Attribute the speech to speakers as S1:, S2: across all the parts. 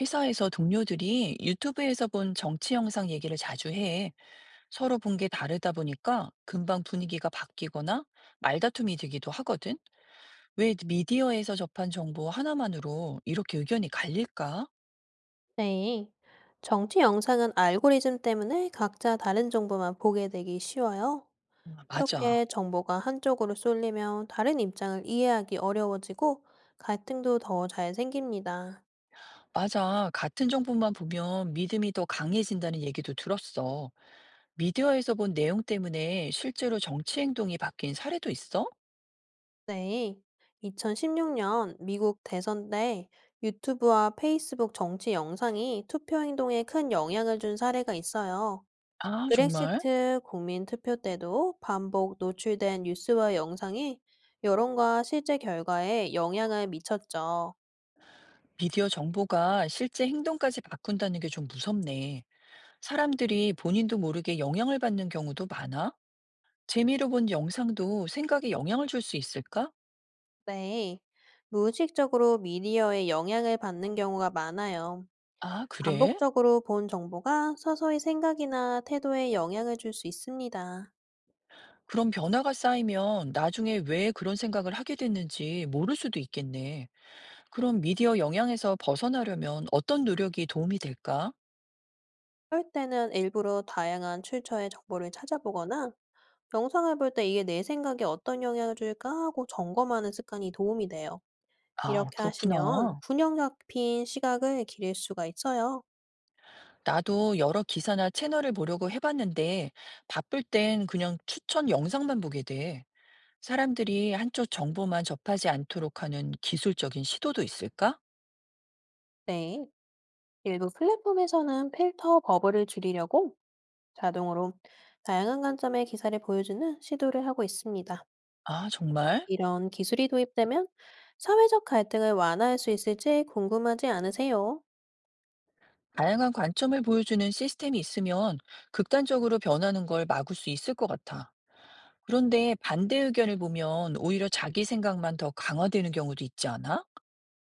S1: 회사에서 동료들이 유튜브에서 본 정치 영상 얘기를 자주 해. 서로 본 게 다르다 보니까 금방 분위기가 바뀌거나 말다툼이 되기도 하거든. 왜 미디어에서 접한 정보 하나만으로 이렇게 의견이 갈릴까?
S2: 네. 정치 영상은 알고리즘 때문에 각자 다른 정보만 보게 되기 쉬워요.
S1: 맞아.
S2: 이렇게 정보가 한쪽으로 쏠리면 다른 입장을 이해하기 어려워지고 갈등도 더 잘 생깁니다.
S1: 맞아. 같은 정보만 보면 믿음이 더 강해진다는 얘기도 들었어. 미디어에서 본 내용 때문에 실제로 정치 행동이 바뀐 사례도 있어?
S2: 네. 2016년 미국 대선 때 유튜브와 페이스북 정치 영상이 투표 행동에 큰 영향을 준 사례가 있어요.
S1: 아, 정말?
S2: 브렉시트 국민 투표 때도 반복 노출된 뉴스와 영상이 여론과 실제 결과에 영향을 미쳤죠.
S1: 미디어 정보가 실제 행동까지 바꾼다는 게 좀 무섭네. 사람들이 본인도 모르게 영향을 받는 경우도 많아? 재미로 본 영상도 생각에 영향을 줄 수 있을까?
S2: 네. 무의식적으로 미디어에 영향을 받는 경우가 많아요.
S1: 아, 그래?
S2: 반복적으로 본 정보가 서서히 생각이나 태도에 영향을 줄 수 있습니다.
S1: 그럼 변화가 쌓이면 나중에 왜 그런 생각을 하게 됐는지 모를 수도 있겠네. 그럼 미디어 영향에서 벗어나려면 어떤 노력이 도움이 될까?
S2: 할 때는 일부러 다양한 출처의 정보를 찾아보거나 영상을 볼 때 이게 내 생각에 어떤 영향을 줄까 하고 점검하는 습관이 도움이 돼요.
S1: 아,
S2: 이렇게 하시면
S1: 그렇구나.
S2: 균형 잡힌 시각을 기를 수가 있어요.
S1: 나도 여러 기사나 채널을 보려고 해봤는데 바쁠 땐 그냥 추천 영상만 보게 돼. 사람들이 한쪽 정보만 접하지 않도록 하는 기술적인 시도도 있을까?
S2: 네. 일부 플랫폼에서는 필터 버블을 줄이려고 자동으로 다양한 관점의 기사를 보여주는 시도를 하고 있습니다.
S1: 아, 정말?
S2: 이런 기술이 도입되면 사회적 갈등을 완화할 수 있을지 궁금하지 않으세요?
S1: 다양한 관점을 보여주는 시스템이 있으면 극단적으로 변하는 걸 막을 수 있을 것 같아. 그런데 반대 의견을 보면 오히려 자기 생각만 더 강화되는 경우도 있지 않아?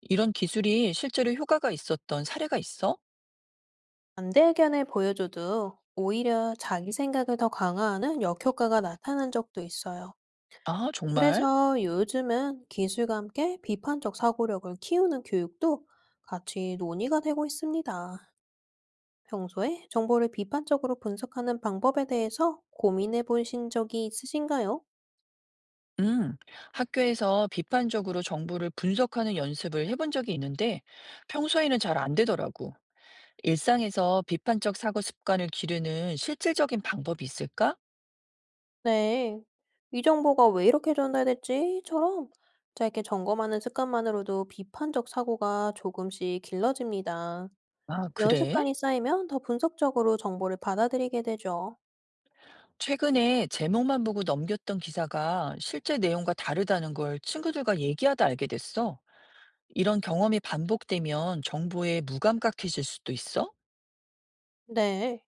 S1: 이런 기술이 실제로 효과가 있었던 사례가 있어?
S2: 반대 의견을 보여줘도 오히려 자기 생각을 더 강화하는 역효과가 나타난 적도 있어요.
S1: 아, 정말?
S2: 그래서 요즘은 기술과 함께 비판적 사고력을 키우는 교육도 같이 논의가 되고 있습니다. 평소에 정보를 비판적으로 분석하는 방법에 대해서 고민해 보신 적이 있으신가요?
S1: 음, 학교에서 비판적으로 정보를 분석하는 연습을 해본 적이 있는데 평소에는 잘 안 되더라고. 일상에서 비판적 사고 습관을 기르는 실질적인 방법이 있을까?
S2: 네. 이 정보가 왜 이렇게 전달됐지?처럼 짧게 점검하는 습관만으로도 비판적 사고가 조금씩 길러집니다.
S1: 아,
S2: 이런
S1: 그래?
S2: 습관이 쌓이면 더 분석적으로 정보를 받아들이게 되죠.
S1: 최근에 제목만 보고 넘겼던 기사가 실제 내용과 다르다는 걸 친구들과 얘기하다 알게 됐어. 이런 경험이 반복되면 정보에 무감각해질 수도 있어?
S2: 네.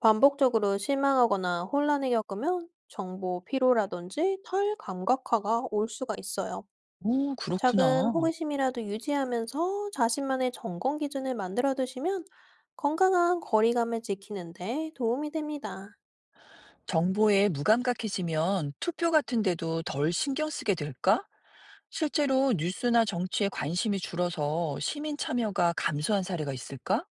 S2: 반복적으로 실망하거나 혼란을 겪으면 정보 피로라든지 털 감각화가 올 수가 있어요.
S1: 오,
S2: 작은
S1: 그렇구나.
S2: 호기심이라도 유지하면서 자신만의 점검 기준을 만들어 두시면 건강한 거리감을 지키는데 도움이 됩니다.
S1: 정보에 무감각해지면 투표 같은 데도 덜 신경 쓰게 될까? 실제로 뉴스나 정치에 관심이 줄어서 시민 참여가 감소한 사례가 있을까?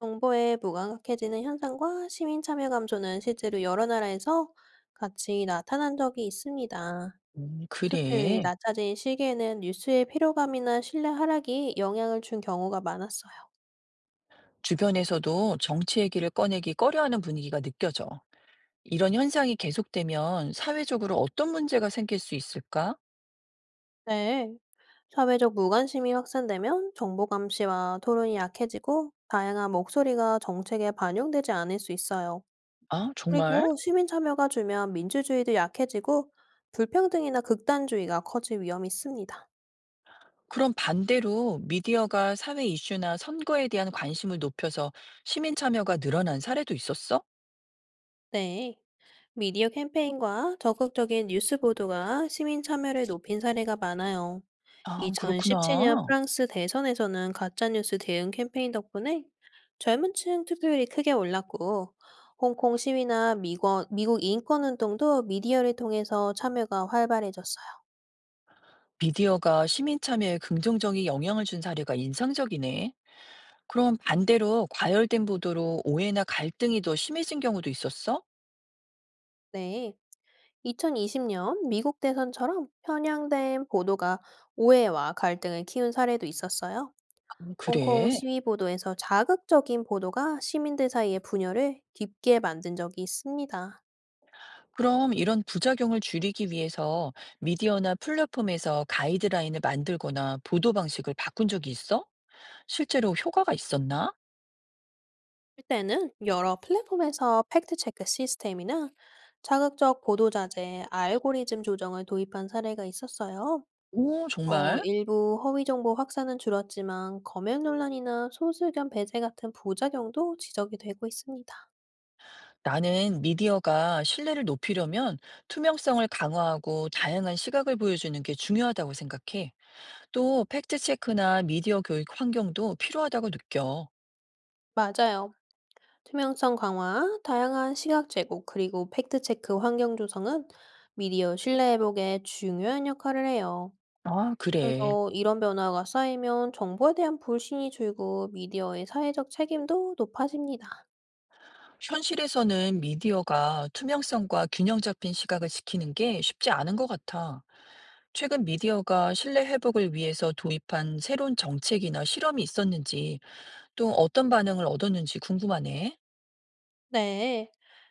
S2: 정보에 무감각해지는 현상과 시민 참여 감소는 실제로 여러 나라에서 같이 나타난 적이 있습니다. 투표율이
S1: 그래.
S2: 낮아진 시기에는 뉴스의 피로감이나 신뢰 하락이 영향을 준 경우가 많았어요.
S1: 주변에서도 정치 얘기를 꺼내기 꺼려하는 분위기가 느껴져. 이런 현상이 계속되면 사회적으로 어떤 문제가 생길 수 있을까?
S2: 네. 사회적 무관심이 확산되면 정보 감시와 토론이 약해지고 다양한 목소리가 정책에 반영되지 않을 수 있어요.
S1: 아, 정말?
S2: 그리고 시민 참여가 줄면 민주주의도 약해지고 불평등이나 극단주의가 커질 위험이 있습니다.
S1: 그럼 반대로 미디어가 사회 이슈나 선거에 대한 관심을 높여서 시민 참여가 늘어난 사례도 있었어?
S2: 네. 미디어 캠페인과 적극적인 뉴스 보도가 시민 참여를 높인 사례가 많아요.
S1: 아,
S2: 2017년
S1: 그렇구나.
S2: 프랑스 대선에서는 가짜뉴스 대응 캠페인 덕분에 젊은 층 투표율이 크게 올랐고, 홍콩 시위나 미국 인권운동도 미디어를 통해서 참여가 활발해졌어요.
S1: 미디어가 시민 참여에 긍정적인 영향을 준 사례가 인상적이네. 그럼 반대로 과열된 보도로 오해나 갈등이 더 심해진 경우도 있었어?
S2: 네. 2020년 미국 대선처럼 편향된 보도가 오해와 갈등을 키운 사례도 있었어요. 홍콩
S1: 그래.
S2: 시위 보도에서 자극적인 보도가 시민들 사이의 분열을 깊게 만든 적이 있습니다.
S1: 그럼 이런 부작용을 줄이기 위해서 미디어나 플랫폼에서 가이드라인을 만들거나 보도 방식을 바꾼 적이 있어? 실제로 효과가 있었나?
S2: 이때는 여러 플랫폼에서 팩트체크 시스템이나 자극적 보도자재 알고리즘 조정을 도입한 사례가 있었어요.
S1: 오, 정말?
S2: 일부 허위 정보 확산은 줄었지만 검역 논란이나 소수견 배제 같은 부작용도 지적이 되고 있습니다.
S1: 나는 미디어가 신뢰를 높이려면 투명성을 강화하고 다양한 시각을 보여주는 게 중요하다고 생각해. 또 팩트체크나 미디어 교육 환경도 필요하다고 느껴.
S2: 맞아요. 투명성 강화, 다양한 시각 제공, 그리고 팩트체크 환경 조성은 미디어 신뢰 회복에 중요한 역할을 해요.
S1: 아, 그래.
S2: 그래서 이런 변화가 쌓이면 정보에 대한 불신이 줄고 미디어의 사회적 책임도 높아집니다.
S1: 현실에서는 미디어가 투명성과 균형 잡힌 시각을 지키는 게 쉽지 않은 것 같아. 최근 미디어가 신뢰 회복을 위해서 도입한 새로운 정책이나 실험이 있었는지, 또 어떤 반응을 얻었는지 궁금하네.
S2: 네.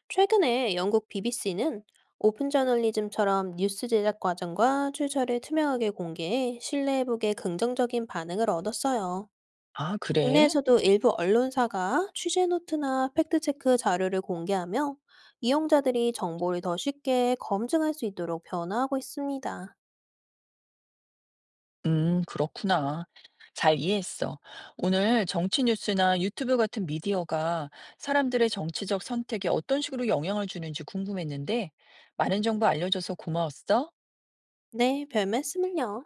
S2: 최근에 영국 BBC는 오픈 저널리즘처럼 뉴스 제작 과정과 출처를 투명하게 공개해 신뢰 회복에 긍정적인 반응을 얻었어요.
S1: 아, 그래?
S2: 국내에서도 일부 언론사가 취재 노트나 팩트체크 자료를 공개하며 이용자들이 정보를 더 쉽게 검증할 수 있도록 변화하고 있습니다.
S1: 그렇구나. 잘 이해했어. 오늘 정치 뉴스나 유튜브 같은 미디어가 사람들의 정치적 선택에 어떤 식으로 영향을 주는지 궁금했는데, 많은 정보 알려줘서 고마웠어.
S2: 네, 별 말씀을요.